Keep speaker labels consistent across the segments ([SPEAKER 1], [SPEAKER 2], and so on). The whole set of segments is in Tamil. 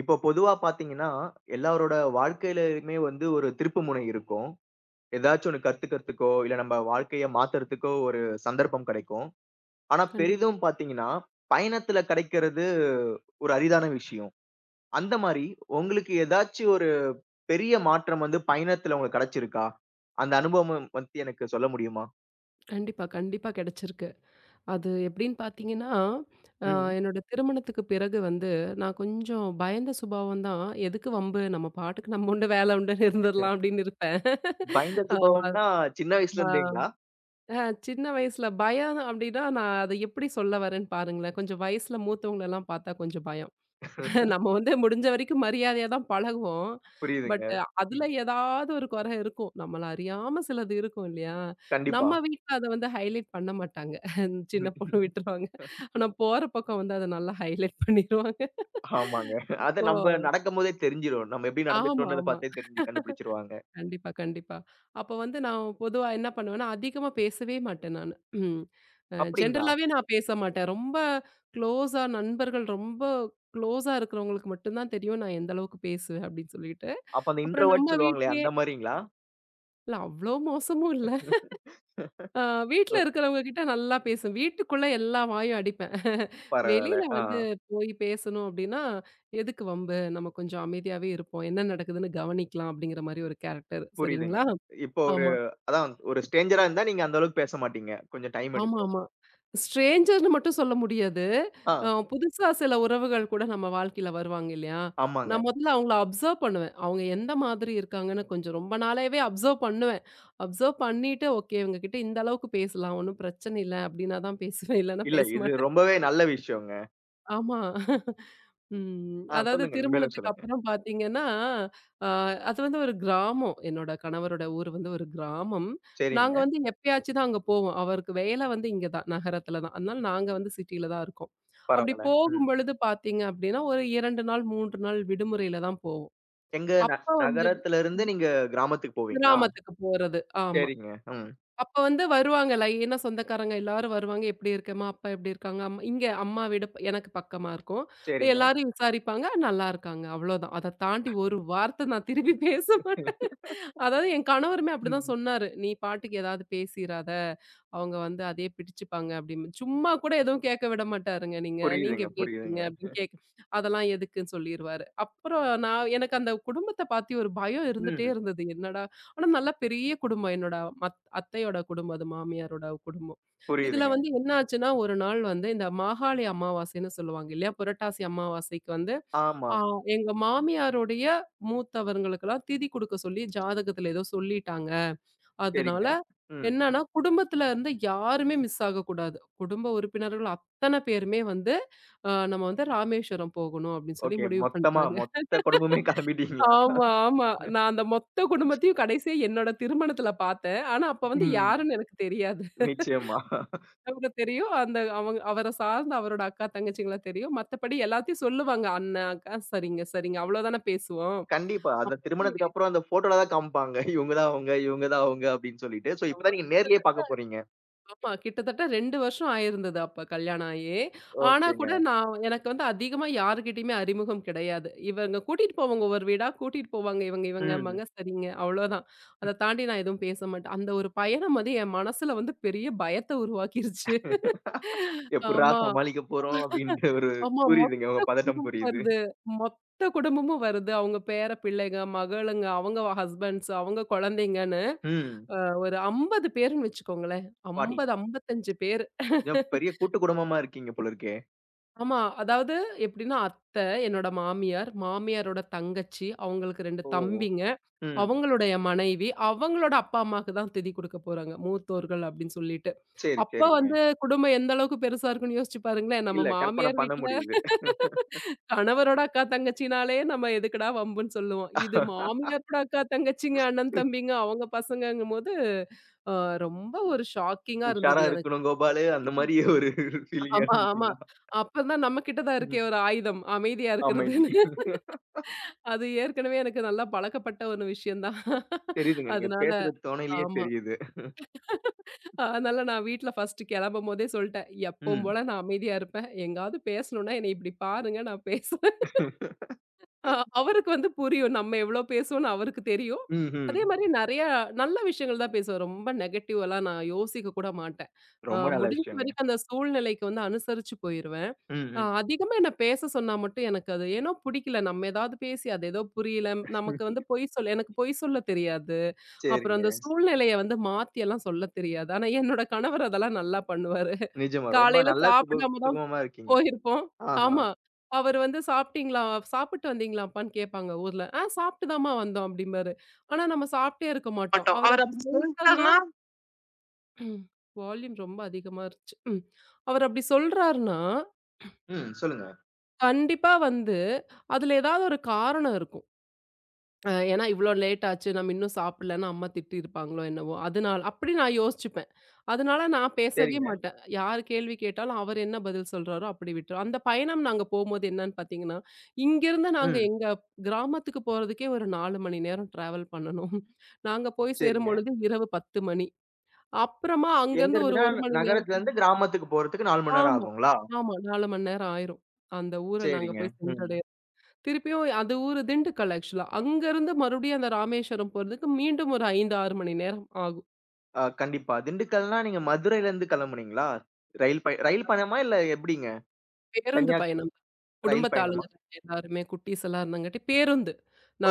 [SPEAKER 1] இப்போ பொதுவா பார்த்தீங்கன்னா, எல்லாரோட வாழ்க்கையிலயுமே வந்து ஒரு திருப்புமுனை இருக்கும். ஏதாச்சும் ஒண்ணு கத்துக்கிறதுக்கோ, இல்ல நம்ம வாழ்க்கைய மாத்துறதுக்கோ ஒரு சந்தர்ப்பம் கிடைக்கும். ஆனா
[SPEAKER 2] கண்டிப்
[SPEAKER 1] பெரிதும் பார்த்தீங்கன்னா, பயணத்துல கிடைக்கிறது ஒரு அரிதான விஷயம். அந்த மாரி உங்களுக்கு ஏதாச்சும் ஒரு பெரிய மாற்றம் வந்து பயணத்துல உங்களுக்கு கிடைச்சிருக்கா? அந்த அனுபவம் பத்தி எனக்கு சொல்ல முடியுமா?
[SPEAKER 2] கண்டிப்பா, கண்டிப்பா கிடைச்சிருக்கு. அது எப்படின்னு பார்த்தீங்கன்னா, அ
[SPEAKER 1] ம்.
[SPEAKER 2] என்னோட திருமணத்துக்கு பிறகு வந்து நான் கொஞ்சம் பயந்த சுபாவம் தான். எதுக்கு வம்பு? நம்ம பாட்டுக்கு நம்ம உண்டு வேலை உண்டுன்னு இருந்துரலாம் அப்படின்னு இருப்பேன்.
[SPEAKER 1] பயந்த சுபாவம்னா சின்ன வயசுல இருந்தேங்களா?
[SPEAKER 2] ஆமா. அ சின்ன வயசுல பயம் அப்படின்னா, நான் அத எப்படி சொல்ல வரேன்னு பாருங்களேன். கொஞ்சம் வயசுல மூத்தவங்களலாம் பார்த்தா கொஞ்சம் பயம். நம்ம வந்து முடிஞ்ச வரைக்கும் மரியாதையா தான் பழகுவோம்.
[SPEAKER 1] புரியுதுங்க.
[SPEAKER 2] பட் அதுல
[SPEAKER 1] ம்.
[SPEAKER 2] ஏதாவது ஒரு குறை இருக்கும். நம்மள அறியாம சிலது இருக்கும் இல்லையா?
[SPEAKER 1] கண்டிப்பா.
[SPEAKER 2] நம்ம வீட்ல அத வந்து ஹைலைட் பண்ண மாட்டாங்க. சின்ன பொண்ணு விட்டுருவாங்க. ஆனா போற பக்கம் வந்து அத நல்லா ஹைலைட் பண்ணிருவாங்க.
[SPEAKER 1] ஆமாங்க. அது
[SPEAKER 2] அப்போ
[SPEAKER 1] நம்ப நடக்கும்போதே தெரிஞ்சிரும். நம்ம எப்படி
[SPEAKER 2] ஆமா,
[SPEAKER 1] நடந்துட்டோம்ன்றத
[SPEAKER 2] ஆமா.
[SPEAKER 1] பார்த்தே தெரிஞ்சு கண்டுபிடிச்சுருவாங்க.
[SPEAKER 2] கண்டிப்பா, கண்டிப்பா. அப்ப வந்து நான் பொதுவா என்ன பண்ணுவேன்னா, அதிகமா பேசவே மாட்டேன் நானு. ம்.
[SPEAKER 1] அப்படிங்களா?
[SPEAKER 2] ஜென்ரலாவே நான் பேச மாட்டேன். ரொம்ப க்ளோஸா நண்பர்கள் ரொம்ப க்ளோஸா இருக்கிறவங்களுக்கு மட்டும் தான் தெரியும் நான் எந்த அளவுக்கு பேசுவேன் அப்படின்னு சொல்லிட்டு.
[SPEAKER 1] அப்ப அந்த
[SPEAKER 2] அப்புறம் நம்ம
[SPEAKER 1] இன்ட்ரோவர்ட் சொல்லுவாங்களே
[SPEAKER 2] வீட்லயே
[SPEAKER 1] அந்த மாரிங்களா?
[SPEAKER 2] இல்ல அவ்ளோ மோசமும் இல்ல. அ வீட்ல
[SPEAKER 1] அ
[SPEAKER 2] இருக்கிறவங்க கிட்ட நல்லா பேசுவேன். வீட்டுக்குள்ள எல்லா வாயும் அடிப்பேன்.
[SPEAKER 1] பரவால்ல.
[SPEAKER 2] வெளியில வந்து போய் பேசணும் அப்படின்னா, எதுக்கு வம்பு? நம்ம கொஞ்சம் அமைதியாவே இருப்போம். என்ன நடக்குதுன்னு கவனிக்கலாம் அப்படிங்கிற மாரி ஒரு கேரக்டர்.
[SPEAKER 1] புரியுதுங்க.
[SPEAKER 2] சரிங்களா?
[SPEAKER 1] இப்போ ஒரு
[SPEAKER 2] ஆமா.
[SPEAKER 1] அதான் ஒரு ஸ்ட்ரேஞ்சரா இருந்தா நீங்க அந்த அளவுக்கு பேச மாட்டீங்க. கொஞ்சம் டைம்
[SPEAKER 2] ஆமா,
[SPEAKER 1] எடுக்கும்.
[SPEAKER 2] ஆமா. ஸ்ட்ரேஞ்சர்ன்னு மட்டும் சொல்ல முடியாது.
[SPEAKER 1] ஆ
[SPEAKER 2] புதுசா சில உறவுகள் கூட நம்ம வாழ்க்கையில வருவாங்க இல்லையா?
[SPEAKER 1] ஆமாங்க.
[SPEAKER 2] நான் முதல்ல அவங்கள அப்சர்வ் பண்ணுவேன். அவங்க எந்த மாதிரி இருக்காங்கன்னு கொஞ்சம் ரொம்ப நாளாவே அப்சர்வ் பண்ணுவேன். அப்சர்வ் பண்ணிட்டு, ஓகே இவங்க கிட்ட இந்த அளவுக்கு பேசலாம். ஒண்ணும் பிரச்சனை இல்ல. அப்படின்னா தான் பேசுவேன். இல்லன்னா
[SPEAKER 1] இல்ல
[SPEAKER 2] பேச
[SPEAKER 1] இது
[SPEAKER 2] மாட்டேன்.
[SPEAKER 1] ரொம்பவே நல்ல விஷயங்க.
[SPEAKER 2] ஆமா. ம்.
[SPEAKER 1] ஆ
[SPEAKER 2] அதாவது
[SPEAKER 1] சொல்லுங்க. நீங்க மேலும்
[SPEAKER 2] திருமணத்துக்கு
[SPEAKER 1] சொல்லுங்க.
[SPEAKER 2] அப்புறம் பார்த்தீங்கன்னா, அ அது வந்து ஒரு கிராமம். என்னோட கணவரோட ஊர் வந்து ஒரு கிராமம். நாங்க
[SPEAKER 1] சரிங்க.
[SPEAKER 2] வந்து எப்பயாச்சும் தான் அங்க போவோம். அவருக்கு வேலை வந்து இங்க தான், நகரத்துல தான். அதனால நாங்க வந்து சிட்டில தான் இருக்கோம். அப்படி
[SPEAKER 1] பரவால்ல. ம்.
[SPEAKER 2] போகும்பொழுது பார்த்தீங்க அப்படின்னா, ஒரு 2 நாள், 3 நாள் விடுமுறையில தான் போவோம்.
[SPEAKER 1] எங்க ந
[SPEAKER 2] அப்ப வந்து
[SPEAKER 1] நகரத்துல இருந்து நீங்க கிராமத்துக்கு போவீங்களா?
[SPEAKER 2] கிராமத்துக்கு போறது. ஆமா.
[SPEAKER 1] சரிங்க. ம்.
[SPEAKER 2] அப்ப வந்து வருவாங்க லைனா சொந்தக்காரங்க எல்லாரும் வருவாங்க. "எப்படி இருக்கம்மா? அப்பா எப்படி இருக்காங்க?" இங்க அம்மா வீடு எனக்கு பக்கமா இருக்கும். அப்ப
[SPEAKER 1] சரிங்க.
[SPEAKER 2] எல்லாரையும் விசாரிப்பாங்க, "நல்லா இருக்காங்க." அவ்வளோதான். அத தாண்டி ஒரு வார்த்தை நான் திருப்பி பேச மாட்டேன். அதாவது என் கணவருமே அப்படிதான்
[SPEAKER 1] ம்.
[SPEAKER 2] சொன்னாரு. "நீ பாட்டுக்கு ஏதாவது பேசிறாத. அவங்க வந்து அதே பிடிச்சுப்பாங்க." அப்படின்னு. சும்மா கூட எதுவும் கேட்க விட மாட்டாருங்க நீங்க. "நீங்க
[SPEAKER 1] புரியுதுங்க,
[SPEAKER 2] எப்படி இருக்கீங்க?"
[SPEAKER 1] புரியுதுங்க.
[SPEAKER 2] அப்படின்னு அதெல்லாம் எதுக்குன்னு சொல்லிருவாரு. அப்புறம் நான் எனக்கு அந்த குடும்பத்த பாத்தி ஒரு பயம் இருந்துட்டே
[SPEAKER 1] ம்.
[SPEAKER 2] இருந்தது. என்னடா ஆனா நல்லா பெரிய குடும்பம். என்னோட அத்தையோட குடும்பம் அது மாமியாரோட குடும்பம். இதுல
[SPEAKER 1] புரியுதுங்க.
[SPEAKER 2] வந்து என்ன ஆச்சுன்னா, ஒரு நாள் வந்து இந்த மாகாளி அமாவாசைன்னு சொல்லுவாங்க இல்லையா? புரட்டாசி அமாவாசைக்கு வந்து
[SPEAKER 1] ஆமா.
[SPEAKER 2] ஆ எங்க மாமியாருடைய மூத்தவர்களுக்கெல்லாம் திதி குடுக்க சொல்லி ஜாதகத்துல ஏதோ சொல்லிட்டாங்க.
[SPEAKER 1] சரிங்க.
[SPEAKER 2] அதனால
[SPEAKER 1] ம்.
[SPEAKER 2] என்னன்னா, குடும்பத்துல இருந்து யாருமே மிஸ் ஆகக்கூடாது. குடும்ப உறுப்பினர்கள் அத்தன பேருமே வந்து நம்ம வந்து ராமேஸ்வரம் போகணும் அப்படின்னு சொல்லி
[SPEAKER 1] ஓகே.
[SPEAKER 2] முடிவு
[SPEAKER 1] மொத்தமா
[SPEAKER 2] பண்ட்டாங்க.
[SPEAKER 1] மொத்த குடும்பமே கெளம்பிட்டீங்களா?
[SPEAKER 2] ஆமா, ஆமா. நான் அந்த மொத்த குடும்பத்தையும் கடைசியா என்னோட திருமணத்துல பார்த்தேன். ஆனா அப்ப வந்து
[SPEAKER 1] ம்.
[SPEAKER 2] யாருன்னு எனக்கு தெரியாது.
[SPEAKER 1] நிச்சயமா.
[SPEAKER 2] அவர தெரியும். அந்த அவங்க அவர சார்ந்த அவரோட அக்கா, தங்கச்சிங்கள தெரியும். மத்தபடி எல்லாத்தையும் சொல்லுவாங்க. அண்ணன், அக்கா சரிங்க, சரிங்க. அவ்வளோதானே பேசுவோம்.
[SPEAKER 1] கண்டிப்பா. அந்த
[SPEAKER 2] அப்படி
[SPEAKER 1] திருமணத்துக்கு அப்புறம் அந்த ஃபோட்டோல தான் காமிப்பாங்க. இவங்க தான் அவங்க, இவங்க தான் அவங்க அப்படின்னு சொல்லிட்டு. சோ, இப்ப
[SPEAKER 2] ஆமா.
[SPEAKER 1] தான் நீங்க நேர்லயே பாக்க போறீங்க.
[SPEAKER 2] ஆமா. கிட்டத்தட்ட 2 வருஷம் ஆயிருந்தது அப்ப கல்யாணம் ஆயி. ஆனா
[SPEAKER 1] ஓகேங்க.
[SPEAKER 2] கூட நான் எனக்கு வந்து அதிகமா யார்கிட்டயுமே அறிமுகம் கிடையாது. இவங்க கூட்டிட்டு போவாங்க ஒவ்வொரு வீடா கூட்டிட்டு போவாங்க. இவங்க
[SPEAKER 1] ம்.
[SPEAKER 2] இவங்கம்பாங்க. சரிங்க அவ்வளோதான். அத தாண்டி நான் எதுவும் பேச மாட்டேன். அந்த ஒரு பயணம் வந்து என் மனசுல வந்து பெரிய பயத்த உருவாக்கிருச்சு.
[SPEAKER 1] எப்புட்றா
[SPEAKER 2] ஆமா.
[SPEAKER 1] சமாளிக்க போறோம் அப்படின்ற ஒரு
[SPEAKER 2] ஆமா.
[SPEAKER 1] புரியுதுங்க. உங்க பதட்டம்
[SPEAKER 2] குடும்பமும்
[SPEAKER 1] புரியுது.
[SPEAKER 2] வருது. மொத்த குடும்பமும் வருது. அவங்க பேர பிள்ளைங்க, மகளுங்க, அவங்க ஹஸ்பண்ட்ஸ், அவங்க குழந்தைங்கன்னு
[SPEAKER 1] ம்.
[SPEAKER 2] அ ஒரு 50 பேருன்னு வச்சுக்கோங்களேன்.
[SPEAKER 1] பாட்டி
[SPEAKER 2] 50, 55 பேரு.
[SPEAKER 1] ஏன் பெரிய கூட்டு குடும்பமா இருக்கீங்க போல இருக்கே.
[SPEAKER 2] ஆமா. அதாவது எப்படின்னா, அத்த, என்னோட மாமியார், மாமியாரோட தங்கச்சி, அவங்களுக்கு 2
[SPEAKER 1] ஓ!
[SPEAKER 2] தம்பிங்க,
[SPEAKER 1] ம்.
[SPEAKER 2] அவங்களுடைய மனைவி, அவங்களோட அப்பா, அம்மாக்கு தான் திதி குடுக்க போறாங்க. மூத்தோர்கள் அப்படின்னு சொல்லிட்டு.
[SPEAKER 1] சரி,
[SPEAKER 2] அப்ப
[SPEAKER 1] சரிங்க.
[SPEAKER 2] வந்து குடும்பம் எந்த அளவுக்கு பெருசா இருக்குன்னு யோசிச்சு பாருங்களேன். நம்ம
[SPEAKER 1] இல்ல கற்பனை
[SPEAKER 2] மாமியார்
[SPEAKER 1] பண்ண
[SPEAKER 2] வீட்ல
[SPEAKER 1] முடியுது.
[SPEAKER 2] கணவரோட அக்கா தங்கச்சினாலே நம்ம எதுக்குடா வம்புன்னு சொல்லுவோம். இது மாமியாரோட அக்கா தங்கச்சிங்க, அண்ணன் தம்பிங்க அவங்க பசங்கங்கும்போது, அ ரொம்ப ஒரு ஷாக்கிங்கா இருந்தது
[SPEAKER 1] உஷாரா
[SPEAKER 2] எனக்கு.
[SPEAKER 1] இருக்கணும் கோபாலு. அந்த மாரி ஒரு ஃபீலிங்கா
[SPEAKER 2] ஆமா, ஆமா.
[SPEAKER 1] இருந்துச்சுங்களா?
[SPEAKER 2] அப்பதான் நம்ம கிட்ட தான் இருக்கே
[SPEAKER 1] ம்.
[SPEAKER 2] ஒரு ஆயுதம். அமைதியா
[SPEAKER 1] அமைதி.
[SPEAKER 2] இருக்கிறதுன்னு. அது ஏற்கனவே எனக்கு நல்லா பழக்கப்பட்ட ஒரு விஷயம் தான்.
[SPEAKER 1] தெரியுதுங்க. நீங்க
[SPEAKER 2] அதனால
[SPEAKER 1] பேசுற தொணையிலேயே
[SPEAKER 2] ஆமா.
[SPEAKER 1] தெரியுது.
[SPEAKER 2] அதனால நான் வீட்ல ஃபர்ஸ்ட் கிளம்பும்போதே சொல்ட்டேன். எப்பவும்
[SPEAKER 1] ம்.
[SPEAKER 2] போல நான் அமைதியா இருப்பேன். எங்காவது பேசணும்னா என்னை இப்படி பாருங்க நான் பேசுறேன். அ அவருக்கு வந்து புரியும். நம்ம எவ்ளோ பேசுவோம்ன்னு அவருக்கு தெரியும்.
[SPEAKER 1] ம்ஹ்ம்.
[SPEAKER 2] அதே மாரி நெறையா நல்ல விஷயங்கள் தான் பேசுவேன். ரொம்ப நெகட்டிவ்லாம் நான் யோசிக்க கூட மாட்டேன்.
[SPEAKER 1] ரொம்ப நல்ல
[SPEAKER 2] முடிஞ்ச
[SPEAKER 1] விஷயங்க.
[SPEAKER 2] வரைக்கும் அந்த சூழ்நிலைக்கு வந்து அனுசரிச்சு போயிருவேன்.
[SPEAKER 1] ம், ம்.
[SPEAKER 2] அதிகமா என்ன பேச சொன்னா மட்டும் எனக்கு அது ஏனோ பிடிக்கல. நம்ம ஏதாவது பேசி அது ஏதோ புரியல. நமக்கு வந்து பொய் சொல்ல எனக்கு பொய் சொல்ல தெரியாது. அப்புறம்
[SPEAKER 1] சரிங்க.
[SPEAKER 2] அந்த சூழ்நிலைய வந்து மாத்தி எல்லாம் சொல்ல தெரியாது. ஆனா என்னோட கணவர் அதெல்லாம் நல்லா பண்ணுவாரு.
[SPEAKER 1] நிஜமா ரொம்ப
[SPEAKER 2] காலையில
[SPEAKER 1] நல்லா
[SPEAKER 2] சாப்பிடாம தான்
[SPEAKER 1] சுகமமா இருக்கீங்க.
[SPEAKER 2] போயிருப்போம்.
[SPEAKER 1] ஆஹா.
[SPEAKER 2] ஆமா. அவரு வந்து "சாப்பிட்டீங்களா? சாப்பிட்டு வந்தீங்களாப்பான்னு" கேட்பாங்க ஊர்ல. "ஆ சாப்பிட்டு தாம்மா வந்தோம்" அப்படிம்பாரு. ஆனா நம்ம சாப்பிட்டே இருக்க மாட்டோம்.
[SPEAKER 1] ஆட்டோ.
[SPEAKER 2] அவரு அப்படி சொல்ட்டாருன்னா வால்யூம் ரொம்ப அதிகமா இருந்துச்சு. ம். அவரு அப்படி சொல்றாருன்னா,
[SPEAKER 1] ம். சொல்லுங்க.
[SPEAKER 2] கண்டிப்பா வந்து அதுல ஏதாவது ஒரு காரணம் இருக்கும். ஏன்னா இவ்ளோ லேட் ஆச்சு. நம்ம இன்னும் சாப்பிடலன்னு அம்மா திட்டியிருப்பாங்களோ என்னவோ! அதனால அப்படி நான் யோசிச்சுப்பேன். அதனால நான் பேசவே
[SPEAKER 1] சரிங்க.
[SPEAKER 2] மாட்டேன். யார் கேள்வி கேட்டாலும் அவர் என்ன பதில் சொல்றாரோ அப்படி விட்டுருவேன். அந்த பயணம் நாங்க போம்போது என்னன்னு பார்த்தீங்கன்னா, இங்கேருந்து நாங்க
[SPEAKER 1] ம்.
[SPEAKER 2] எங்க கிராமத்துக்கு போறதுக்கே ஒரு 4 மணி நேரம் டிராவல் பண்ணணும். நாங்க போய்
[SPEAKER 1] சரிங்க.
[SPEAKER 2] சேரும்பொழுது இரவு 10 மணி. அப்புறமா
[SPEAKER 1] எங்க
[SPEAKER 2] அங்கேருந்து ஒரு
[SPEAKER 1] இருந்துன்னா,
[SPEAKER 2] 1 மணி நேரம்
[SPEAKER 1] நகரத்துல இருந்து கிராமத்துக்கு போறதுக்கு 4 மணி நேரம்
[SPEAKER 2] ஆமா,
[SPEAKER 1] ஆகுங்களா?
[SPEAKER 2] ஆமா 4 மணி நேரம் ஆயிரும். அந்த ஊர நாங்க
[SPEAKER 1] சரிங்க.
[SPEAKER 2] போய்
[SPEAKER 1] ம்.
[SPEAKER 2] சென்றடையறதுக்கு. திருப்பியும் அது ஊரு திண்டுக்கல் ஆக்சுவலா. அங்கருந்து மறுபடியும் அந்த ராமேஸ்வரம் போறதுக்கு மீண்டும் ஒரு 5, 6 மணி நேரம் ஆகும்.
[SPEAKER 1] கண்டிப்பா. திண்டுக்கல்னா நீங்க மதுரையில இருந்து கிளம்புனீங்களா? ரயில் பயணமா? இல்ல எப்படிங்க?
[SPEAKER 2] பேருந்து
[SPEAKER 1] தனியா கு
[SPEAKER 2] பயணம்.
[SPEAKER 1] ரயில்
[SPEAKER 2] குடும்பத்து ஆளுங்க
[SPEAKER 1] பயணமா?
[SPEAKER 2] தான் எல்லாருமே குட்டீஸ் எல்லாம் இருந்தங்காட்டி பேருந்து.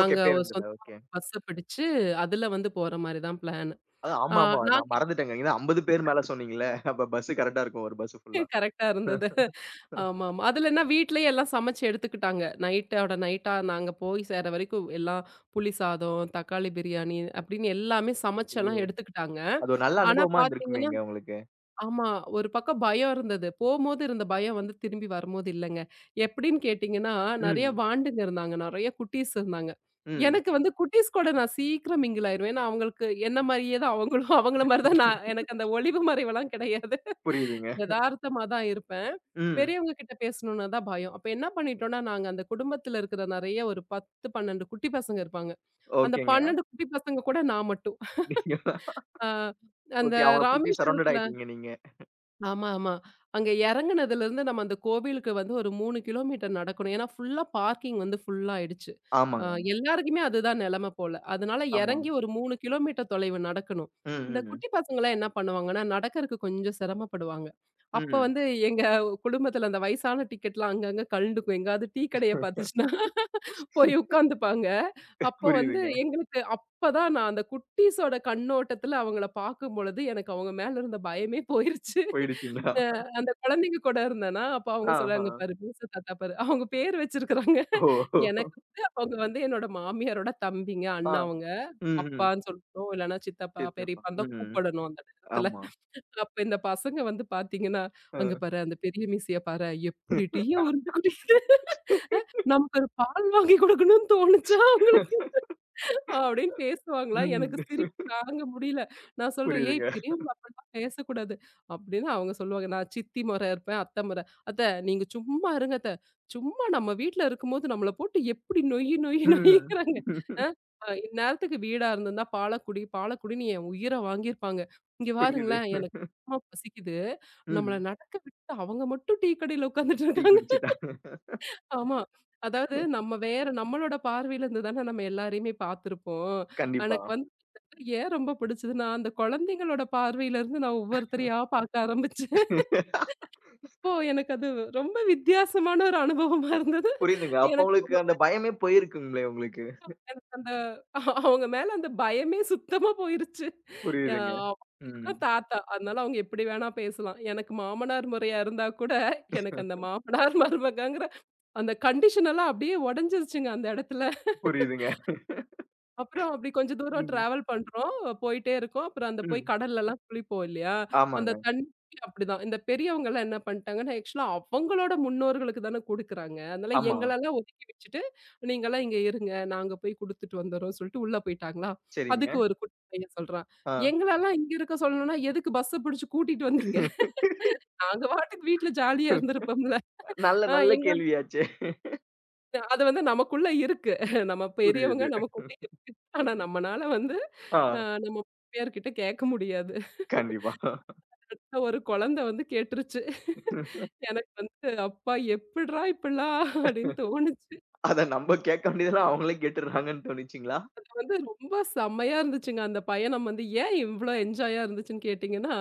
[SPEAKER 1] ஓகே.
[SPEAKER 2] ஒரு
[SPEAKER 1] பேருந்துல.
[SPEAKER 2] சொந்தமா
[SPEAKER 1] ஓகே.
[SPEAKER 2] பஸ்ஸ பிடிச்சு, அதுல வந்து போற மாரி தான் பிளான். ஆ
[SPEAKER 1] ஆமாமா.
[SPEAKER 2] நாங்க
[SPEAKER 1] நான் மறந்துட்டேங்க. ஏன்னா 50 பேர் மேல சொன்னீங்கல்ல. அப்ப பஸ் கரெக்ட்டா இருக்கும். ஒரு பஸ் ஃபுல்லா.
[SPEAKER 2] கரெக்ட்டா இருந்தது. ஆமாமா. அதுல என்ன வீட்லயே எல்லாம் சமைச்சு எடுத்துக்கிட்டாங்க. நைட்டோட நைட்டா நாங்க போய் சேர்ற வரைக்கும் எல்லாம் புளி சாதம், தக்காளி பிரியாணி அப்படின்னு எல்லாமே சமைச்செல்லாம்
[SPEAKER 1] ஐயோ!
[SPEAKER 2] எடுத்துக்கிட்டாங்க.
[SPEAKER 1] அது ஒரு நல்ல
[SPEAKER 2] ஆனா
[SPEAKER 1] அனுபவமா
[SPEAKER 2] பார்த்தீங்கன்னா
[SPEAKER 1] இருந்திருக்குமேங்க உங்களுக்கு.
[SPEAKER 2] ஆமா. ஒரு பக்கம் பயம் இருந்தது. போம்போது இருந்த பயம் வந்து திரும்பி வரும்போது இல்லங்க. எப்படின்னு கேட்டீங்கன்னா, நெறைய
[SPEAKER 1] ம்.
[SPEAKER 2] வாண்டுங்க இருந்தாங்க. நெறைய குட்டீஸ் இருந்தாங்க.
[SPEAKER 1] ம்.
[SPEAKER 2] எனக்கு வந்து குட்டீஸ் கூட நான் சீக்கிரம் மிங்கில் ஆயிருவேன். ஏன்னா, அவங்களுக்கு என்ன மாரியே தான் அவங்களும் அவங்கள மாரி தான் நான் எனக்கு அந்த ஒளிவு மறைவெல்லாம் கிடையாது.
[SPEAKER 1] புரியுதுங்க.
[SPEAKER 2] எதார்த்தமா தான் இருப்பேன்.
[SPEAKER 1] ம்.
[SPEAKER 2] பெரியவங்க கிட்ட பேசணும்னா தான் பயம். அப்ப என்ன பண்ணிட்டோம்னா, நாங்க அந்த குடும்பத்தில இருக்கிற நெறைய ஒரு 10, 12 குட்டி பசங்க இருப்பாங்க. அந்த
[SPEAKER 1] ஓகேங்க.
[SPEAKER 2] 12 குட்டி பசங்க கூட நான் மட்டும்.
[SPEAKER 1] நீங்க
[SPEAKER 2] அ அந்த
[SPEAKER 1] ஓகே. அவங்கள சுத்தி சரவுண்டட்
[SPEAKER 2] ராமேஸ்வரத்தில
[SPEAKER 1] ஆயிட்டீங்க நீங்க.
[SPEAKER 2] ஆமா, ஆமா. அங்க இறங்குனதுலருந்து நம்ம அந்த கோவிலுக்கு வந்து ஒரு 3 கிலோமீட்டர் நடக்கணும். ஏன்னா, ஃபுல்லா பார்க்கிங் வந்து ஃபுல் ஆயிடுச்சு. அ
[SPEAKER 1] ஆமாங்க.
[SPEAKER 2] எல்லாருக்குமே அதுதான் நெலம போல. அதனால
[SPEAKER 1] ஆமா.
[SPEAKER 2] இறங்கி ஒரு 3 கிலோமீட்டர் தொலைவு நடக்கணும்.
[SPEAKER 1] ம்.
[SPEAKER 2] இந்த
[SPEAKER 1] ம்.
[SPEAKER 2] குட்டி பசங்கலாம் என்ன பண்ணுவாங்கன்னா, நடக்கறக்கு கொஞ்சம் சிரமப்படுவாங்க. அப்ப
[SPEAKER 1] ம்.
[SPEAKER 2] வந்து எங்க குடும்பத்துல அந்த வயசான டிக்கெட்லாம் அங்கங்க கழண்டுக்கும். எங்கேயாவது டீ கடைய பார்த்துச்சுன்னா போய் உட்காந்துப்பாங்க. அப்ப வந்து
[SPEAKER 1] புரியுதுங்க.
[SPEAKER 2] எங்களுக்கு அப்பதான் நான் அந்த குட்டீஸோட கண்ணோட்டத்துல அவங்கள பார்க்கும்பொழுது, எனக்கு அவங்க மேல இருந்த பயமே போயிருச்சு.
[SPEAKER 1] போயிடுச்சுங்களா?
[SPEAKER 2] அ அந்த குழந்தைங்க கூட இருந்தேனா, அப்ப அவங்க
[SPEAKER 1] ஆஹா.
[SPEAKER 2] சொல்றாங்க, "பாரு மீச தாத்தா பாரு." அவங்க பேர் வச்சிருக்கிறாங்க.
[SPEAKER 1] ஓ!
[SPEAKER 2] எனக்கு வந்து அவங்க வந்து என்னோட மாமியாரோட தம்பிங்க,
[SPEAKER 1] ஆ.
[SPEAKER 2] அண்ணா அவங்க.
[SPEAKER 1] ம். ம்.
[SPEAKER 2] அப்பான்னு சொல்றோம், இல்லன்னா சித்தப்பா,
[SPEAKER 1] சரி, சரிப்பா.
[SPEAKER 2] பெரியப்பான்னு தான்
[SPEAKER 1] ம்.
[SPEAKER 2] கூப்பிடணும் அந்த நேரத்துல.
[SPEAKER 1] ஆமா.
[SPEAKER 2] அப்ப இந்த பசங்க வந்து பார்த்தீங்கன்னா, "அங்க
[SPEAKER 1] அ.
[SPEAKER 2] பாரு அந்த பெரிய மீசைய பாரேன், எப்படிடியோ உருண்டு குதிக்குது." நமக்கு ஒரு பால் வாங்கி குடுக்கணும்னு தோணுச்சா அவங்களுக்கு? அப்படின்னு பேசுவாங்களா? எனக்கு
[SPEAKER 1] ம்.
[SPEAKER 2] சிரிப்பு தாங்க முடியல. நான் சொல்றேன், "ஏய்
[SPEAKER 1] புரியுதுங்க.
[SPEAKER 2] பெரியவங்க அப்படிலாம் பேசக்கூடாது." அப்படின்னு அவங்க சொல்லுவாங்க. நான் சித்தி மொற இருப்பேன், அத்தை மொற. "அத்தை நீங்க சும்மா இருங்க அத்தை. சும்மா நம்ம வீட்ல இருக்கும்போது நம்மள போட்டு எப்படி நொய்யி நொய்யி
[SPEAKER 1] ம்.
[SPEAKER 2] நொய்யிறாங்க. அ அ இந்நேரத்துக்கு வீடா இருந்திருந்தா பாலக்குடி, பாலக்குடின்னு என் உயிர வாங்கியிருப்பாங்க. இங்க
[SPEAKER 1] புரியுது.
[SPEAKER 2] பாருங்களேன் எனக்கு சுத்தமா பசிக்குது. நம்மள
[SPEAKER 1] ம்.
[SPEAKER 2] நடக்க விட்டுட்டு அவங்க மட்டும் டீ கடையில உட்கார்ந்துட்டு
[SPEAKER 1] டீ
[SPEAKER 2] இருக்காங்க."
[SPEAKER 1] குடிச்சுட்டா.
[SPEAKER 2] ஆமா. அதாவது நம்ம வேற நம்மளோட பார்வையில இருந்து தானே நம்ம எல்லாரையுமே பார்த்திருப்போம்.
[SPEAKER 1] கண்டிப்பா.
[SPEAKER 2] எனக்கு வந்து ஏன் ரொம்ப பிடிச்சதுன்னா, அந்த குழந்தைங்களோட பார்வையில இருந்து நான் ஒவ்வொருத்தரையா பார்க்க ஆரம்பிச்சேன். அப்போ எனக்கு அது ரொம்ப வித்தியாசமான ஒரு அனுபவமா இருந்தது.
[SPEAKER 1] புரியுதுங்க. அப்ப
[SPEAKER 2] எனக்கு
[SPEAKER 1] உங்களுக்கு
[SPEAKER 2] அவங்க
[SPEAKER 1] அந்த பயமே போயிருக்குங்களே உங்களுக்கு.
[SPEAKER 2] எனக்கு அந்த அவங்க மேல அந்த பயமே சுத்தமா போயிருச்சு. அ
[SPEAKER 1] புரியுதுங்க.
[SPEAKER 2] அவங்களுக்கு
[SPEAKER 1] ம்.
[SPEAKER 2] தான் தாத்தா. அதனால அவங்க எப்படி வேணா பேசலாம். எனக்கு மாமனார் முறையா இருந்தா கூட, எனக்கு அந்த மாமனார் மருமகங்கிற அந்த கண்டிஷன் எல்லாம் அப்படியே உடைஞ்சிருச்சுங்க அந்த இடத்துல.
[SPEAKER 1] புரியுதுங்க.
[SPEAKER 2] அப்புறம் அப்படி கொஞ்சம் தூரம்
[SPEAKER 1] ம்.
[SPEAKER 2] டிராவல் பண்றோம். போயிட்டே இருக்கோம். அப்புறம் அந்த போய்
[SPEAKER 1] ம்.
[SPEAKER 2] கடல்லலாம் குளிப்போம் இல்லையா? அந்த
[SPEAKER 1] ஆமாங்க.
[SPEAKER 2] தண்ணி அப்படிதான். இந்த பெரியவங்கலாம் என்ன பண்ணிட்டாங்கன்னா, ஆக்சுவலா அவங்களோட முன்னோர்களுக்கு தானே குடுக்குறாங்க. அதனால
[SPEAKER 1] ஆமா.
[SPEAKER 2] எங்களலாம் ஒதுக்கி வச்சுட்டு, "நீங்கலாம் இங்க இருங்க. நாங்க போய் குடுத்துட்டு வந்துர்றோம்" சொல்லிட்டு உள்ள போயிட்டாங்களா?
[SPEAKER 1] சரிங்க.
[SPEAKER 2] அதுக்கு ஒரு குட்டி பையன் சொல்றான்,
[SPEAKER 1] ஆ.
[SPEAKER 2] "எங்களலாம் இங்க இருக்க சொல்லணும்னா, எதுக்கு பஸ்ஸ புடிச்சு கூட்டிட்டு வந்தீங்க? நாங்க பாட்டுக்கு வீட்ல ஜாலியா இருந்திருப்போம்ல."
[SPEAKER 1] நல்ல
[SPEAKER 2] "ஆ
[SPEAKER 1] நல்ல
[SPEAKER 2] எங்கள
[SPEAKER 1] கேள்வியாச்சே.
[SPEAKER 2] அது வந்து நமக்குள்ள இருக்கு. நம்ம பெரியவங்க
[SPEAKER 1] புரியுது.
[SPEAKER 2] நமக்குள்ள இருக்கு. ஆனா நம்மனால வந்து
[SPEAKER 1] ஆ.
[SPEAKER 2] அ நம்ம மாமியார்கிட்ட கேட்க முடியாது.
[SPEAKER 1] கண்டிப்பா.
[SPEAKER 2] அடுத்த ஒரு குழந்தை வந்து கேட்டுருச்சு. எனக்கு வந்து அப்பா எப்பிட்றா இப்பிடிலாம் அப்பிடின்னு தோணுச்சு.
[SPEAKER 1] அத நம்ம கேட்க வேண்டியதெல்லாம் அவங்களே கேட்டுடுறாங்கன்னு தோணிச்சுங்களா?
[SPEAKER 2] வந்து ரொம்ப செம்மையா இருந்துச்சுங்க. அந்த பயணம் வந்து ஏன் இவ்ளோ என்ஜாயா இருந்துச்சுன்னு கேட்டீங்கன்னா,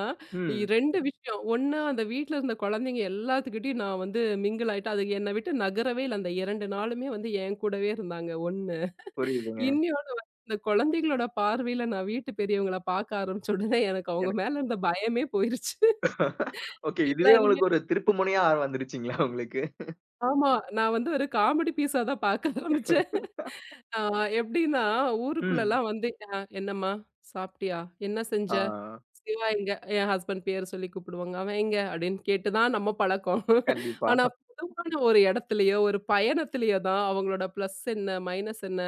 [SPEAKER 1] ம்.
[SPEAKER 2] 2 விஷயம். ஒண்ணு அந்த வீட்ல இருந்த குழந்தைங்க எல்லாத்துக்கிட்டயும் நான் வந்து மிங்கிள் ஆயிட்டேன். அது என்ன விட்டு நகரவே இல்ல. அந்த 2 நாளுமே வந்து என் கூடவே இருந்தாங்க. ஒண்ணு.
[SPEAKER 1] புரியுதுங்க.
[SPEAKER 2] இன்னியோட வந்து இந்த குழந்தைகளோட பார்வையில நான் வீட்டு பெரியவங்கள பார்க்க ஆரம்பிச்ச உடனே எனக்கு அவங்க
[SPEAKER 1] எனக்கு
[SPEAKER 2] மேல இருந்த பயமே போயிருச்சு.
[SPEAKER 1] ஓகே. இதுவே
[SPEAKER 2] எல்லாருமே
[SPEAKER 1] உங்களுக்கு ஒரு திருப்பு முனையா வந்துருச்சுங்களா உங்களுக்கு?
[SPEAKER 2] ஆமா. நான் வந்து ஒரு காமெடி பீஸா தான் பார்க்க ஆரம்பிச்சேன். ஆ எப்படின்னா
[SPEAKER 1] ம்.
[SPEAKER 2] ஊருக்குள்ளலாம் வந்து "என்னம்மா சாப்பிட்டியா? என்ன செஞ்ச?
[SPEAKER 1] ஆ.
[SPEAKER 2] சிவா எங்க? என் ஹஸ்பண்ட் பேர சொல்லி கூப்பிடுவாங்க. அவன் எங்க? அப்படின்னு கேட்டு தான் நம்ம பழக்கம்.
[SPEAKER 1] கண்டிப்பா.
[SPEAKER 2] ஆனா பொதுவான ஒரு இடத்துலயோ, ஒரு பயணத்திலயோ தான் அவங்களோட பிளஸ் என்ன? மைனஸ் என்ன?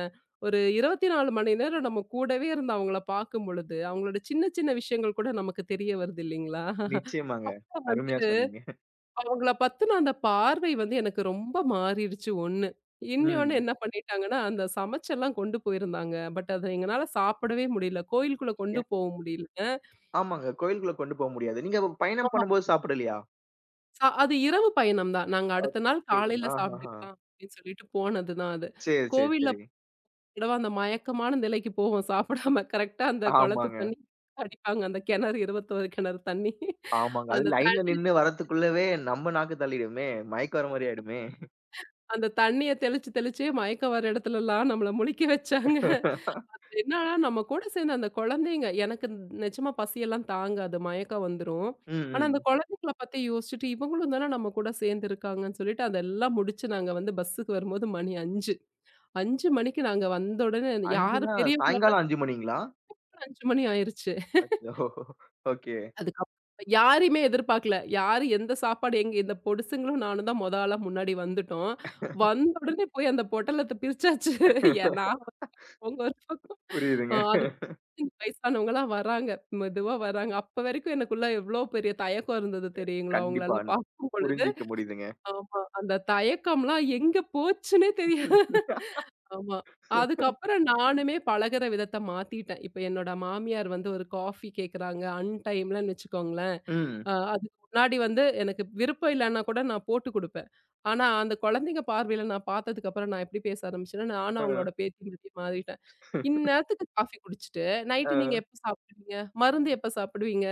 [SPEAKER 2] ஒரு 24 மணி நேரம் நம்ம கூடவே இருந்து அவங்கள பார்க்கும் பொழுது, அவங்களோட சின்ன சின்ன விஷயங்கள் கூட நமக்கு தெரிய வருது இல்லைங்களா?
[SPEAKER 1] நிச்சயமாங்க.
[SPEAKER 2] அப்ப வந்து
[SPEAKER 1] அருமையா சொன்னீங்க.
[SPEAKER 2] அவங்கள பத்தின அந்த பார்வை வந்து எனக்கு ரொம்ப மாறிடுச்சு ஒண்ணு. இன்னொன்னு
[SPEAKER 1] ம்.
[SPEAKER 2] என்ன பண்ணிட்டாங்கன்னா, அந்த சமைச்செல்லாம் கொண்டு போயிருந்தாங்க. பட் அத எங்கனால சாப்பிடவே முடியல. கோயிலுக்குள்ள கொண்டு போக முடியல.
[SPEAKER 1] ஆமாங்க. கோயிலுக்குள்ள கொண்டு போ முடியாது. நீங்க அப்ப பயணம் பண்ணும்போது சாப்பிடலையா?
[SPEAKER 2] அது இரவு பயணம் தான். நாங்க அடுத்த நாள்
[SPEAKER 1] ஓகே.
[SPEAKER 2] காலையில
[SPEAKER 1] ஆஹஹா.
[SPEAKER 2] சாப்பிட்டுக்கலாம் அப்படின்னு சொல்லிட்டு போனது தான் அது.
[SPEAKER 1] சரி, சரி,
[SPEAKER 2] கோவில்ல
[SPEAKER 1] சரி.
[SPEAKER 2] தடவ அந்த மயக்கமான நிலைக்கு போவோம் சாப்பிடாம. கரெக்ட்டா அந்த குளத்து
[SPEAKER 1] ஆமாங்க,
[SPEAKER 2] தண்ணி அடிப்பாங்க. அந்த கிணறு 21 கிணறு தண்ணி.
[SPEAKER 1] ஆமாங்க. அது
[SPEAKER 2] அந்த
[SPEAKER 1] லைன்ல
[SPEAKER 2] தண்ணி
[SPEAKER 1] நின்னு வரதுக்குள்ளவே நம்ம நாக்கு தள்ளிடுமே! மயக்கம் வர மாரி ஆயிடுமே!
[SPEAKER 2] அந்த தண்ணிய தெளிச்சு தெளிச்சே மயக்கம் வர இடத்துலலாம் நம்மள முழிக்க வச்சாங்க. அதுல என்னன்னா நம்ம கூட சேர்ந்த அந்த குழந்தைங்க எனக்கு நிஜமா பசியெல்லாம் தாங்காது. மயக்கம் வந்துரும்.
[SPEAKER 1] ம்,
[SPEAKER 2] ஆனா அந்த
[SPEAKER 1] ம்.
[SPEAKER 2] குழந்தைங்கள பத்தி யோசிச்சுட்டு இவங்களும் தானே நம்ம கூட சேர்ந்துருக்காங்கன்னு சொல்லிட்டு அதெல்லாம் முடிச்சு நாங்க வந்து பஸ்ஸுக்கு வரும்போது மணி 5. 5 மணிக்கு நாங்க வந்த உடனே யாரு
[SPEAKER 1] 5ன்னா சாயங்காலம்
[SPEAKER 2] பெரியவங்கனாலும்
[SPEAKER 1] 5 மணிங்களா?
[SPEAKER 2] 5 மணி ஆயிருச்சு.
[SPEAKER 1] அச்சோ! ஓகே.
[SPEAKER 2] அதுக்கப்புறம் யாரையுமே எதிர்பார்க்கல. யாரு எந்த சாப்பாடு எங்க இந்த பொடுசுங்களும் நானும் தான் மொத ஆளா முன்னாடி வந்துட்டோம். வந்த உடனே போய் அந்த பொட்டலத்த பிரிச்சாச்சு. ஏன் நான் ஒரு பக்கம் அவங்க ஒரு பக்கம்.
[SPEAKER 1] புரியுதுங்க.
[SPEAKER 2] அதுக்கு வயசானவங்கலாம் வராங்க. மெதுவா வராங்க. அப்ப வரைக்கும் எனக்குள்ள எவ்ளோ பெரிய தயக்கம் இருந்தது தெரியுங்களா?
[SPEAKER 1] கண்டிப்பா.
[SPEAKER 2] அவங்களலாம் பார்க்கும் பொழுது.
[SPEAKER 1] புரிஞ்சுக்க முடியுதுங்க.
[SPEAKER 2] ஆமா. அந்த தயக்கம்லாம் எங்க போச்சுன்னே தெரியாது. ஆமா. அதுக்கப்புறம் நானுமே பழகுற விதத்த மாத்திட்டேன். இப்ப என்னோட மாமியார் வந்து ஒரு காஃபி கேட்குறாங்க, அன்டைம்லன்னு வச்சுக்கோங்களேன்.
[SPEAKER 1] ம்.
[SPEAKER 2] அதுக்கு முன்னாடி வந்து எனக்கு விருப்பம் இல்லன்னா கூட நான் போட்டு குடுப்பேன். ஆனா, அந்த குழந்தைங்க பார்வையில நான் பார்த்ததுக்கப்புறம் நான் எப்படி பேச ஆரம்பிச்சேன்னா, நானும்
[SPEAKER 1] அ,
[SPEAKER 2] அவங்களோட பேத்தி மாரி மாறிட்டேன். "இந்நேரத்துக்கு காஃபி குடிச்சிட்டு,
[SPEAKER 1] அ.
[SPEAKER 2] நைட்டு நீங்க எப்ப சாப்பிடுவீங்க? மருந்து எப்ப சாப்பிடுவீங்க?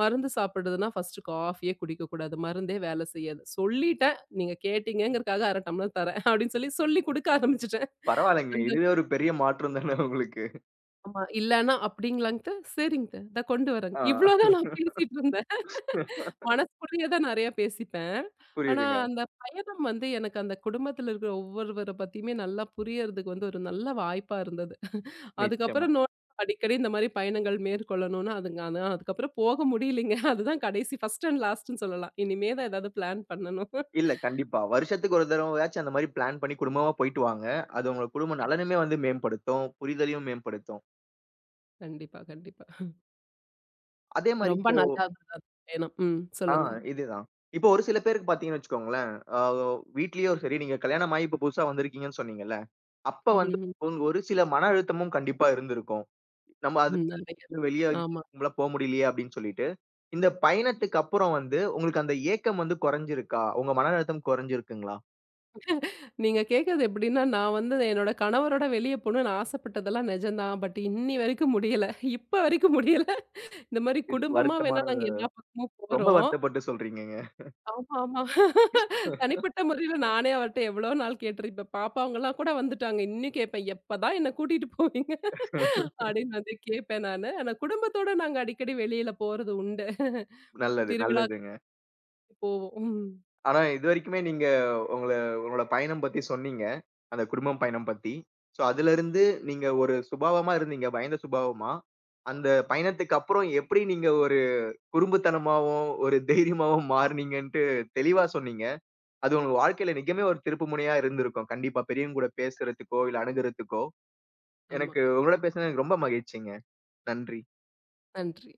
[SPEAKER 2] மருந்து சாப்பிடுறதுன்னா ஃபர்ஸ்ட்டு காஃபியே குடிக்கக்கூடாது. மருந்தே வேலை செய்யாது. சொல்லிட்டேன். நீங்க கேட்டீங்கங்கறக்காக 1/2 டம்ளர் தரேன்" அப்படின்னு சொல்லி, சொல்லி குடுக்க ஆரம்பிச்சுட்டேன்.
[SPEAKER 1] பரவாயில்லைங்களே!
[SPEAKER 2] வந்து
[SPEAKER 1] இதுவே ஒரு பெரிய மாற்றம் தானே உங்களுக்கு.
[SPEAKER 2] ஆமா. இல்லன்னா அப்டிங்களான்ட்டு, "சரிங்க அத்த. இத கொண்டு வரேங்க."
[SPEAKER 1] ஆ
[SPEAKER 2] இவ்ளோதான் நான் பேசிட்டு இருந்தேன். மனசுக்குள்ளேயே தான் நெறைய பேசிப்பேன். ஆனா,
[SPEAKER 1] புரியுதுங்க.
[SPEAKER 2] அந்த பயணம் வந்து எனக்கு அந்த குடும்பத்துல இருக்கிற ஒவ்வொருவர பத்தியுமே நல்லா புரியறதுக்கு வந்து ஒரு நல்ல வாய்ப்பா இருந்தது.
[SPEAKER 1] நிச்சயமா.
[SPEAKER 2] அதுக்கப்புறம் நோ அடிக்கடி இந்த மாரி பயணங்கள் மேற்கொள்ளணும்னு அதுங்க ஆனா அதுக்கப்புறம் போக முடியலைங்க. அதுதான் கடைசி ஃபர்ஸ்ட் அண்ட் லாஸ்ட்ன்னு சொல்லலாம். இனிமே தான் ஏதாவது பிளான் பண்ணணும்.
[SPEAKER 1] இல்ல கண்டிப்பா. வருஷத்துக்கு ஒரு தடவையாச்சும் அந்த மாரி பிளான் பண்ணி குடும்பமா போயிட்டு வாங்க. அது உங்க குடும்ப நலனுமே வந்து மேம்படுத்தும். புரிதலையும் மேம்படுத்தும்.
[SPEAKER 2] கண்டிப்பா, கண்டிப்பா.
[SPEAKER 1] அதே மாரி
[SPEAKER 2] ரொம்ப
[SPEAKER 1] இப்போ
[SPEAKER 2] நல்லா இருந்தது அந்த பயணம். ம்.
[SPEAKER 1] ஆ
[SPEAKER 2] சொல்லுங்க.
[SPEAKER 1] இதுதான். இப்போ ஒரு சில பேருக்கு பார்த்தீங்கன்னு வச்சுக்கோங்களேன், அ வீட்லயும் சரி, நீங்க கல்யாணம் ஆகி இப்ப புதுசா வந்திருக்கீங்கன்னு சொன்னீங்கல்ல. அப்ப வந்து
[SPEAKER 2] ம்ஹ்ம்.
[SPEAKER 1] உங்க ஒரு சில மன அழுத்தமும் கண்டிப்பா இருந்திருக்கும். நம்ம அது
[SPEAKER 2] ம். நெறைய.
[SPEAKER 1] வெளிய
[SPEAKER 2] ஆமா.
[SPEAKER 1] நம்மளால போ முடியலையே அப்படின்னு சொல்லிட்டு. இந்த பயணத்துக்கு அப்புறம் வந்து உங்களுக்கு அந்த ஏக்கம் வந்து குறைஞ்சிருக்கா? உங்க மன அழுத்தம் குறைஞ்சிருக்குங்களா?
[SPEAKER 2] நீங்க கேட்கறது எப்படின்னா, நான் வந்து என்னோட கணவரோட வெளிய போணும்னு ஆசைப்பட்டதெல்லாம் நிஜம்தான். பட் இன்னி வரைக்கும் முடியல. இப்ப வரைக்கும் முடியல. இந்த மாரி
[SPEAKER 1] இல்
[SPEAKER 2] குடும்பமா வேணா
[SPEAKER 1] வருத்தமான
[SPEAKER 2] நாங்க எல்லா பக்கமும்
[SPEAKER 1] ரொம்ப
[SPEAKER 2] போறோம்.
[SPEAKER 1] வருத்தப்பட்டு சொல்றீங்கங்க.
[SPEAKER 2] ஆமா, ஆமா. தனிப்பட்ட முறையில நானே அவர்ட்ட எவ்வளோ நாள் கேட்டிருப்பேன். பாப்பாவங்கலாம் கூட வந்துட்டாங்க. இன்னும் கேட்பேன், "எப்பதான் என்ன கூட்டிட்டு போவீங்க?" அப்படின்னு வந்து கேட்பேன் நானு. ஆனா குடும்பத்தோட நாங்க அடிக்கடி வெளியில போறது உண்டு.
[SPEAKER 1] நல்லது,
[SPEAKER 2] திருவிழாக்கு
[SPEAKER 1] நல்லதுங்க.
[SPEAKER 2] போவோம். உம்,
[SPEAKER 1] ஆனா இதுவரைக்குமே நீங்க உங்கள உங்களோட பயணம் பத்தி சொன்னீங்க. அந்த குடும்பம் பயணம் பத்தி. ஸோ அதிலிருந்து நீங்க ஒரு சுபாவமா இருந்தீங்க. பயந்த சுபாவமா. அந்த பயணத்துக்கு அப்புறம் எப்படி நீங்க ஒரு குறும்புத்தனமாவும், ஒரு தைரியமாவும் மாறுனீங்கன்ட்டு தெளிவா சொன்னீங்க. அது உங்க வாழ்க்கையில நிஜமே ஒரு திருப்பு முனையா இருந்திருக்கும். கண்டிப்பா பெரியவங்க கூட பேசுறதுக்கோ, இல்ல அணுகுறதுக்கோ.
[SPEAKER 2] ஆமா.
[SPEAKER 1] உங்களோட பேசுனது எனக்கு ரொம்ப மகிழ்ச்சிங்க. நன்றி.
[SPEAKER 2] நன்றி.